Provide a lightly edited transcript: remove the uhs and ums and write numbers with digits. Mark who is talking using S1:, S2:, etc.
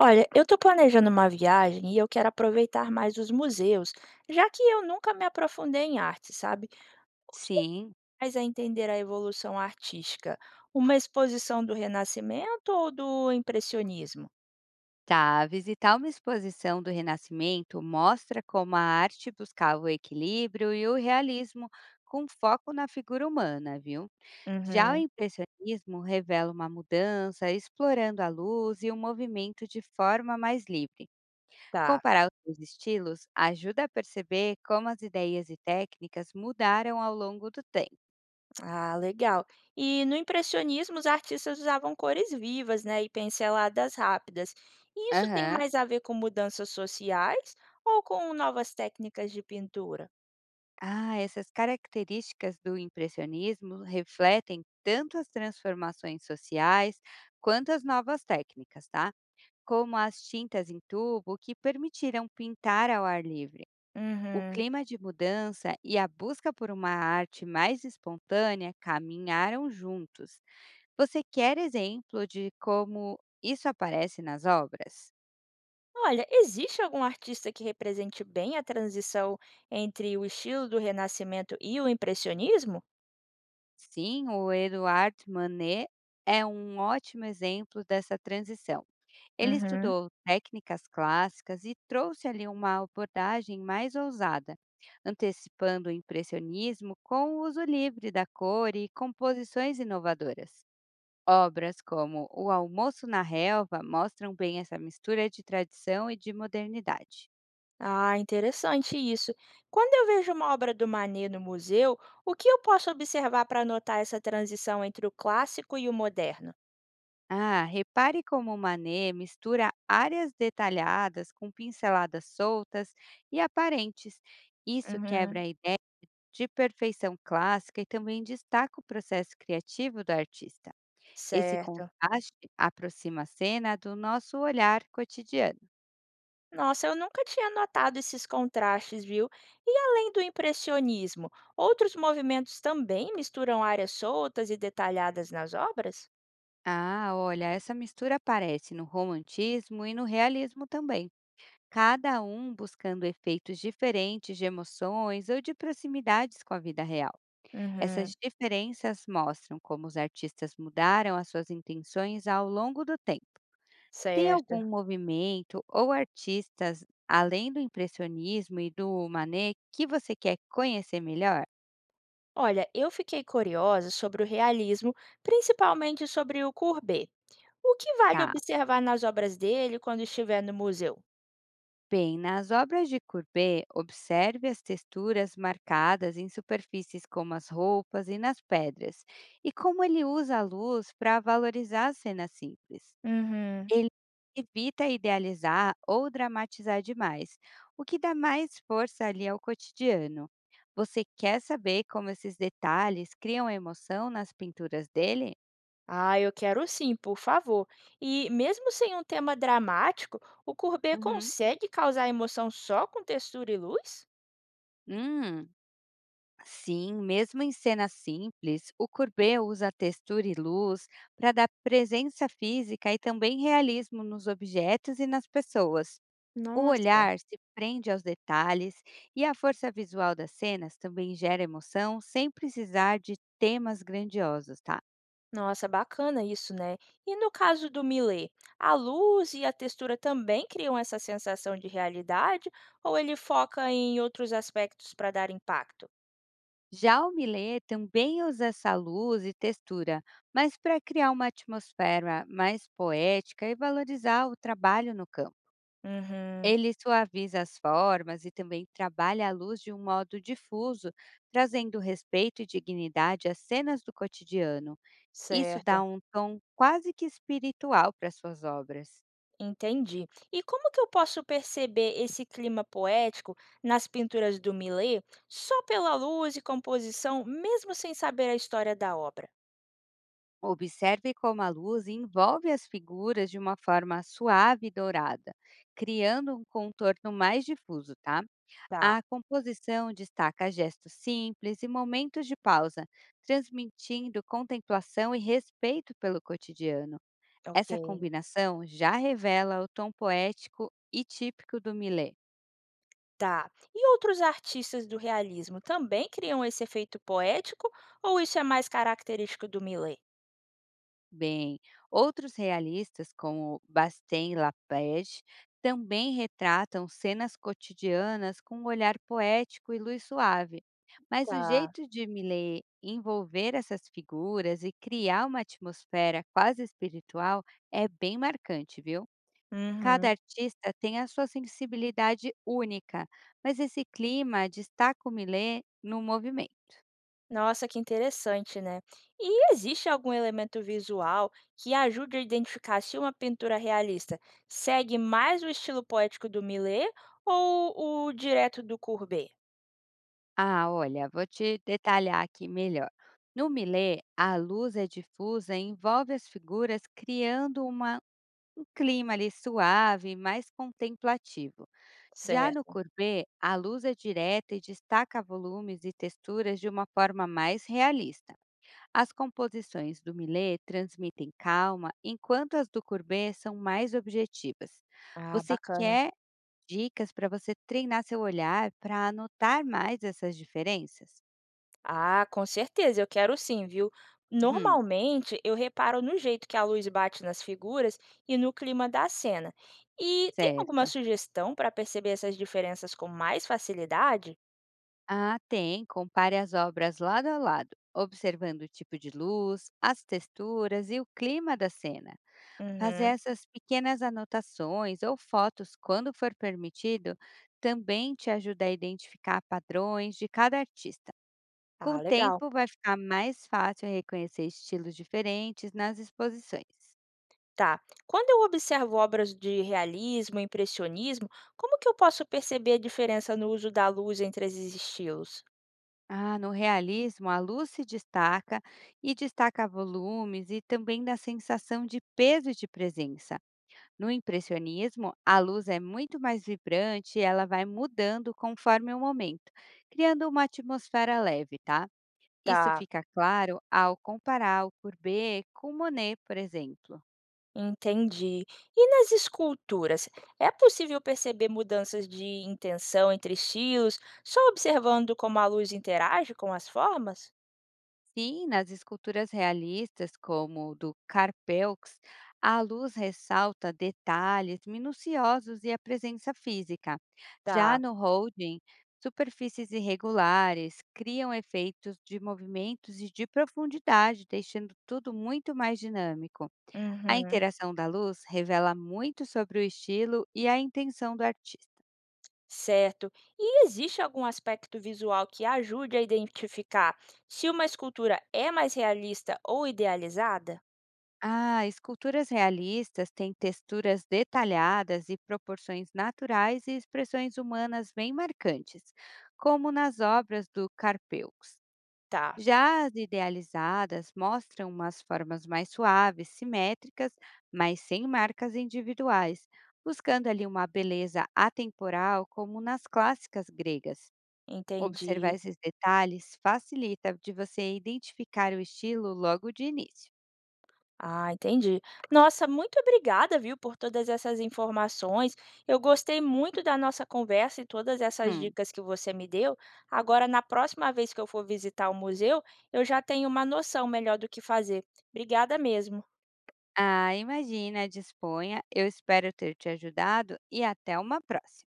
S1: Olha, eu estou planejando uma viagem e eu quero aproveitar mais os museus, já que eu nunca me aprofundei em arte, sabe? O que
S2: Sim,
S1: faz a entender a evolução artística? Uma exposição do Renascimento ou do Impressionismo?
S2: tá. Visitar uma exposição do Renascimento mostra como a arte buscava o equilíbrio e o realismo com foco na figura humana, viu? Já o
S1: Uhum,
S2: impressionismo revela uma mudança, explorando a luz e o movimento de forma mais livre.
S1: tá.
S2: Comparar os dois estilos ajuda a perceber como as ideias e técnicas mudaram ao longo do tempo.
S1: Ah, legal. E no impressionismo, os artistas usavam cores vivas, né, e pinceladas rápidas. E isso tem
S2: Aham.
S1: mais a ver com mudanças sociais ou com novas técnicas de pintura?
S2: Ah, essas características do impressionismo refletem tanto as transformações sociais quanto as novas técnicas, tá? Como as tintas em tubo que permitiram pintar ao ar livre. O
S1: Uhum.
S2: clima de mudança e a busca por uma arte mais espontânea caminharam juntos. Você quer exemplo de como isso aparece nas obras?
S1: Olha, existe algum artista que represente bem a transição entre o estilo do Renascimento e o impressionismo?
S2: Sim, o Eduard Manet é um ótimo exemplo dessa transição. Ele
S1: Uhum.
S2: estudou técnicas clássicas e trouxe ali uma abordagem mais ousada, antecipando o impressionismo com o uso livre da cor e composições inovadoras. Obras como O Almoço na Relva mostram bem essa mistura de tradição e de modernidade.
S1: Ah, interessante isso. Quando eu vejo uma obra do Manet no museu, o que eu posso observar para notar essa transição entre o clássico e o moderno?
S2: Ah, repare como Manet mistura áreas detalhadas com pinceladas soltas e aparentes. Isso quebra
S1: Uhum.
S2: a ideia de perfeição clássica e também destaca o processo criativo do artista. Esse
S1: Certo.
S2: contraste aproxima a cena do nosso olhar cotidiano.
S1: Nossa, eu nunca tinha notado esses contrastes, viu? E além do impressionismo, outros movimentos também misturam áreas soltas e detalhadas nas obras?
S2: Ah, olha, essa mistura aparece no romantismo e no realismo também, cada um buscando efeitos diferentes de emoções ou de proximidades com a vida real. Essas
S1: Uhum.
S2: diferenças mostram como os artistas mudaram as suas intenções ao longo do tempo. Tem
S1: Certo.
S2: algum movimento ou artistas, além do impressionismo e do Manet, que você quer conhecer melhor?
S1: Olha, eu fiquei curiosa sobre o realismo, principalmente sobre o Courbet. O que vale
S2: Tá.
S1: observar nas obras dele quando estiver no museu?
S2: Bem, nas obras de Courbet, observe as texturas marcadas em superfícies como as roupas e nas pedras, e como ele usa a luz para valorizar as cenas simples.
S1: Uhum.
S2: Ele evita idealizar ou dramatizar demais, o que dá mais força ali ao cotidiano. Você quer saber como esses detalhes criam emoção nas pinturas dele?
S1: Ah, eu quero sim, por favor. E mesmo sem um tema dramático, o Courbet
S2: Uhum.
S1: consegue causar emoção só com textura e luz?
S2: Hum, sim, mesmo em cenas simples, o Courbet usa textura e luz para dar presença física e também realismo nos objetos e nas pessoas. O
S1: Nossa.
S2: olhar se prende aos detalhes e a força visual das cenas também gera emoção sem precisar de temas grandiosos, tá?
S1: Nossa, bacana isso, né? E no caso do Millet, a luz e a textura também criam essa sensação de realidade ou ele foca em outros aspectos para dar impacto?
S2: Já o Millet também usa essa luz e textura, mas para criar uma atmosfera mais poética e valorizar o trabalho no campo.
S1: Uhum,
S2: Ele suaviza as formas e também trabalha a luz de um modo difuso, trazendo respeito e dignidade às cenas do cotidiano. Isso dá
S1: certo,
S2: um tom quase que espiritual para suas obras.
S1: entendi. E como que eu posso perceber esse clima poético nas pinturas do Millet só pela luz e composição, mesmo sem saber a história da obra?
S2: Observe como a luz envolve as figuras de uma forma suave e dourada, criando um contorno mais difuso, tá?
S1: Tá,
S2: A composição destaca gestos simples e momentos de pausa, transmitindo contemplação e respeito pelo cotidiano.
S1: ok.
S2: Essa combinação já revela o tom poético e típico do Millet.
S1: Tá. E outros artistas do realismo também criam esse efeito poético ou isso é mais característico do Millet?
S2: Bem, outros realistas, como Bastien Lapage, também retratam cenas cotidianas com um olhar poético e luz suave. Mas o
S1: Tá.
S2: jeito de Millet envolver essas figuras e criar uma atmosfera quase espiritual é bem marcante, viu? Cada
S1: Uhum.
S2: artista tem a sua sensibilidade única, mas esse clima destaca o Millet no movimento.
S1: Nossa, que interessante, né? E existe algum elemento visual que ajude a identificar se uma pintura realista segue mais o estilo poético do Millet ou o direto do Courbet?
S2: Ah, olha, vou te detalhar aqui melhor. No Millet, a luz é difusa e envolve as figuras, criando um clima ali suave, mais contemplativo. Já no
S1: Certo.
S2: Courbet, a luz é direta e destaca volumes e texturas de uma forma mais realista. As composições do Millet transmitem calma, enquanto as do Courbet são mais objetivas.
S1: Ah,
S2: Você
S1: bacana.
S2: quer dicas para você treinar seu olhar para anotar mais essas diferenças?
S1: Ah, com certeza, eu quero sim, viu?
S2: Uhum,
S1: Normalmente eu reparo no jeito que a luz bate nas figuras e no clima da cena. E tem alguma
S2: certo.
S1: sugestão para perceber essas diferenças com mais facilidade?
S2: Ah, tem. Compare as obras lado a lado, observando o tipo de luz, as texturas e o clima da cena. Fazer
S1: Uhum.
S2: essas pequenas anotações ou fotos, quando for permitido, também te ajuda a identificar padrões de cada artista. Com o
S1: Ah, legal.
S2: tempo, vai ficar mais fácil reconhecer estilos diferentes nas exposições.
S1: Tá. Quando eu observo obras de realismo, impressionismo, como que eu posso perceber a diferença no uso da luz entre esses estilos?
S2: Ah, no realismo, a luz se destaca e destaca volumes e também dá sensação de peso e de presença. No impressionismo, a luz é muito mais vibrante e ela vai mudando conforme o momento, criando uma atmosfera leve, tá? Isso
S1: Tá.
S2: fica claro ao comparar o Courbet com Monet, por exemplo.
S1: Entendi. E nas esculturas, é possível perceber mudanças de intenção entre estilos, só observando como a luz interage com as formas?
S2: Sim, nas esculturas realistas, como o do Carpeux, a luz ressalta detalhes minuciosos e a presença física. Já
S1: Tá.
S2: no Holding, superfícies irregulares criam efeitos de movimentos e de profundidade, deixando tudo muito mais dinâmico. A
S1: Uhum.
S2: interação da luz revela muito sobre o estilo e a intenção do artista.
S1: Certo. E existe algum aspecto visual que ajude a identificar se uma escultura é mais realista ou idealizada?
S2: Ah, esculturas realistas têm texturas detalhadas e proporções naturais e expressões humanas bem marcantes, como nas obras do Carpeux.
S1: Tá,
S2: Já as idealizadas mostram umas formas mais suaves, simétricas, mas sem marcas individuais, buscando ali uma beleza atemporal, como nas clássicas gregas. Observar
S1: entendi.
S2: esses detalhes facilita de você identificar o estilo logo de início.
S1: Ah, entendi. Nossa, muito obrigada, viu, por todas essas informações. Eu gostei muito da nossa conversa e todas essas
S2: Hum.
S1: dicas que você me deu. Agora, na próxima vez que eu for visitar o museu, eu já tenho uma noção melhor do que fazer. Obrigada mesmo.
S2: Ah, imagina, disponha. Eu espero ter te ajudado e até uma próxima.